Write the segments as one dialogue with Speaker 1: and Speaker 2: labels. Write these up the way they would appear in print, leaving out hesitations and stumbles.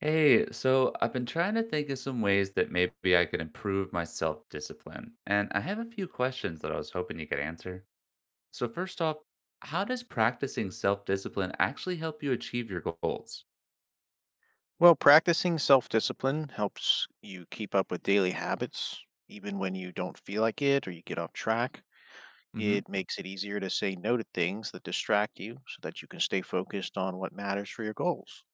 Speaker 1: Hey, so I've been trying to think of some ways that maybe I could improve my self-discipline, and I have a few questions that I was hoping you could answer. So first off, how does practicing self-discipline actually help you achieve your goals?
Speaker 2: Well, practicing self discipline helps you keep up with daily habits, even when you don't feel like it or you get off track.
Speaker 1: Mm-hmm.
Speaker 2: It makes it easier to say no to things that distract you so that you can stay focused on what matters for your goals.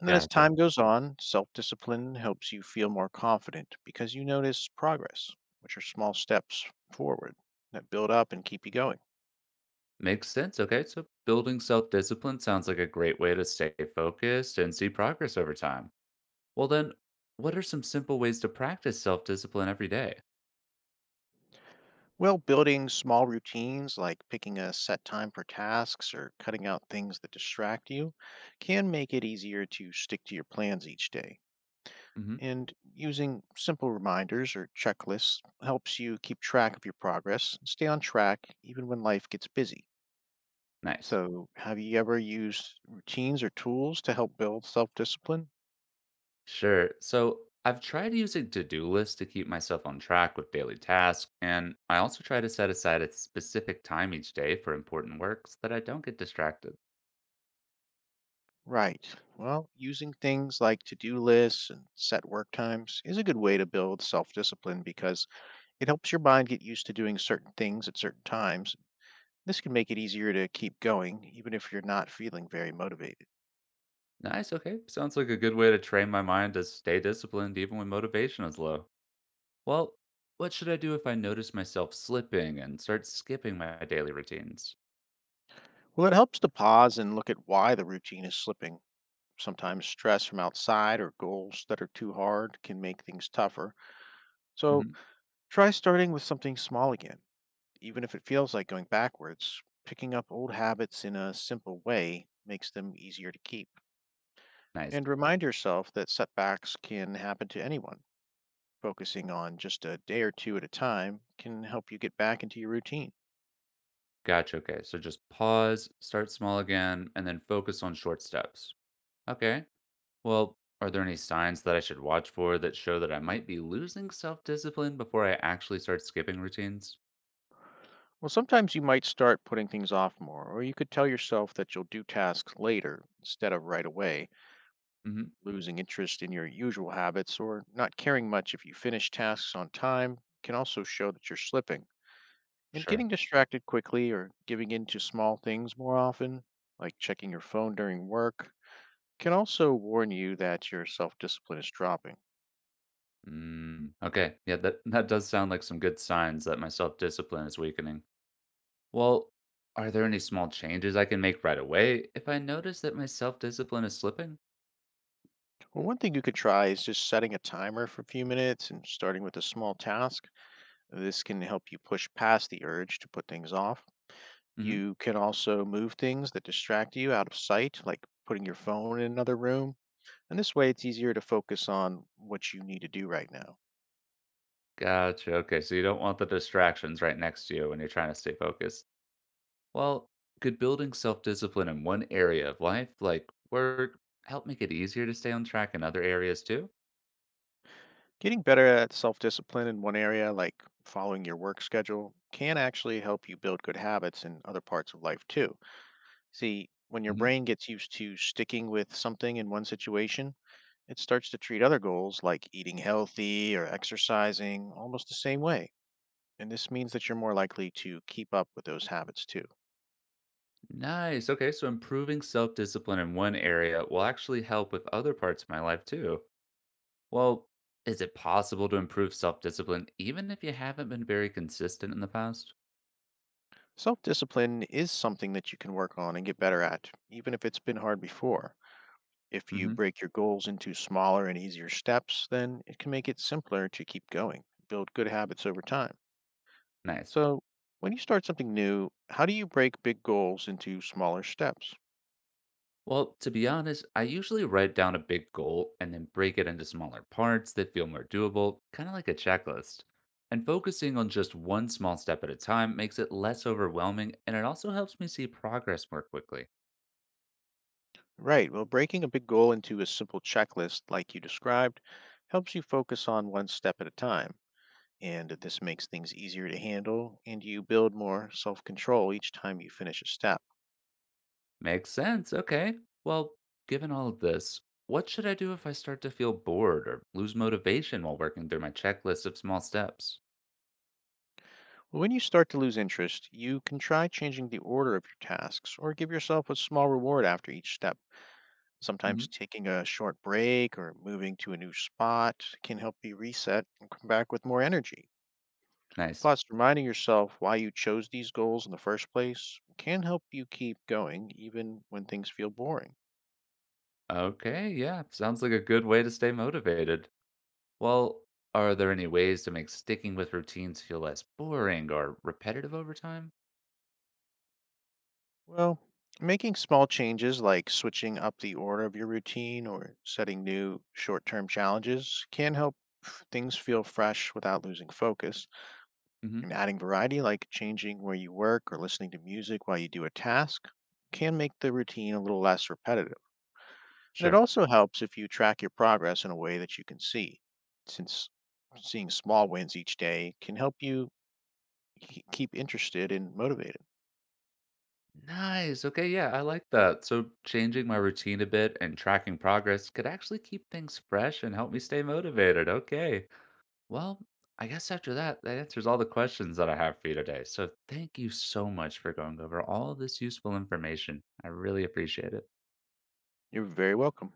Speaker 2: And then as
Speaker 1: Gotcha.
Speaker 2: time goes on, self discipline helps you feel more confident because you notice progress, which are small steps forward that build up and keep you going.
Speaker 1: Makes sense. Okay, so building self-discipline sounds like a great way to stay focused and see progress over time. Well then, what are some simple ways to practice self-discipline every
Speaker 2: Well, building small routines like picking a set time for tasks or cutting out things that distract you can make it easier to stick to your plans each day.
Speaker 1: Mm-hmm.
Speaker 2: And using simple reminders or checklists helps you keep track of your progress and stay on track even when life gets busy.
Speaker 1: Nice.
Speaker 2: So, have you ever used routines or tools to help build self discipline?
Speaker 1: Sure. So I've tried using to-do lists to keep myself on track with daily tasks, and I also try to set aside a specific time each day for important work so that I don't get distracted.
Speaker 2: Right. Well, using things like to do lists and set work times is a good way to build self discipline because it helps your mind get used to doing certain things at certain times. This can make it easier to keep going, even if you're not feeling very motivated.
Speaker 1: Nice. Okay. Sounds like a good way to train my mind to stay disciplined even when motivation is low. Well, what should I do if I notice myself slipping and start skipping my daily routines?
Speaker 2: Well, it helps to pause and look at why the routine is slipping. Sometimes stress from outside or goals that are too hard can make things tougher. So
Speaker 1: Hmm.
Speaker 2: try starting with something small again. Even if it feels like going backwards, picking up old habits in a simple way makes them easier to keep.
Speaker 1: Nice.
Speaker 2: And remind yourself that setbacks can happen to anyone. Focusing on just a day or two at a time can help you get back into your routine.
Speaker 1: Gotcha. Okay. So just pause, start small again, and then focus on short steps. Okay. Well, are there any signs that I should watch for that show that I might be losing self discipline before I actually start skipping routines?
Speaker 2: Well, sometimes you might start putting things off more, or you could tell yourself that you'll do tasks later instead of right away,
Speaker 1: Hmm.
Speaker 2: losing interest in your usual habits or not caring much if you finish tasks on time can also show that you're slipping. And
Speaker 1: Sure.
Speaker 2: getting distracted quickly or giving in to small things more often, like checking your phone during work, can also warn you that your self discipline is dropping.
Speaker 1: Mm, okay. Yeah, that does sound like some good signs that my self discipline is weakening. Well, are there any small changes I can make right away if I notice that my self discipline is slipping?
Speaker 2: Well, one thing you could try is just setting a timer for a few minutes and starting with a small task. This can help you push past the urge to put things off.
Speaker 1: Hmm.
Speaker 2: You can also move things that distract you out of sight, like putting your phone in another room. And this way, it's easier to focus on what you need to do right now.
Speaker 1: Gotcha. Okay. So you don't want the distractions right next to you when you're trying to stay focused. Well, could building self discipline in one area of life, like work, help make it easier to stay on track in other areas too?
Speaker 2: Getting better at self discipline in one area, like following your work schedule, can actually help you build good habits in other parts of life too. See, when your
Speaker 1: Hmm.
Speaker 2: brain gets used to sticking with something in one situation, it starts to treat other goals like eating healthy or exercising almost the same way. And this means that you're more likely to keep up with those habits too.
Speaker 1: Nice. Okay, so improving self discipline in one area will actually help with other parts of my life too. Well, is it possible to improve self discipline even if you haven't been very consistent in the past?
Speaker 2: Self discipline is something that you can work on and get better at, even if it's been hard before. If you
Speaker 1: Hmm.
Speaker 2: break your goals into smaller and easier steps, then it can make it simpler to keep going, build good habits over time.
Speaker 1: Nice.
Speaker 2: So, when you start something new, how do you break big goals into smaller steps?
Speaker 1: Well, to be honest, I usually write down a big goal and then break it into smaller parts that feel more doable, kind of like a checklist. And focusing on just one small step at a time makes it less overwhelming and it also helps me see progress more quickly.
Speaker 2: Right. Well, breaking a big goal into a simple checklist, like you described, helps you focus on one step at a time. And this makes things easier to handle, and you build more self control each time you finish a step.
Speaker 1: Makes sense. Okay. Well, given all of this, what should I do if I start to feel bored or lose motivation while working through my checklist of small steps?
Speaker 2: When you start to lose interest, you can try changing the order of your tasks or give yourself a small reward after each step.
Speaker 1: Hmm.
Speaker 2: Sometimes taking a short break or moving to a new spot can help you reset and come back with more energy.
Speaker 1: Nice.
Speaker 2: Plus, reminding yourself why you chose these goals in the first place can help you keep going even when things feel boring.
Speaker 1: Okay. Yeah. Sounds like a good way to stay motivated. Well, are there any ways to make sticking with routines feel less boring or repetitive over time?
Speaker 2: Well, making small changes like switching up the order of your routine or setting new short term challenges can help things feel fresh without losing focus.
Speaker 1: Hmm.
Speaker 2: And adding variety, like changing where you work or listening to music while you do a task, can make the routine a little less repetitive. And it
Speaker 1: Sure.
Speaker 2: also helps if you track your progress in a way that you can see, since seeing small wins each day can help you keep interested and motivated.
Speaker 1: Nice. Okay. Yeah, I like that. So, changing my routine a bit and tracking progress could actually keep things fresh and help me stay motivated. Okay. Well, I guess after that, that answers all the questions that I have for you today. So, thank you so much for going over all this useful information. I really appreciate it.
Speaker 2: You're very welcome.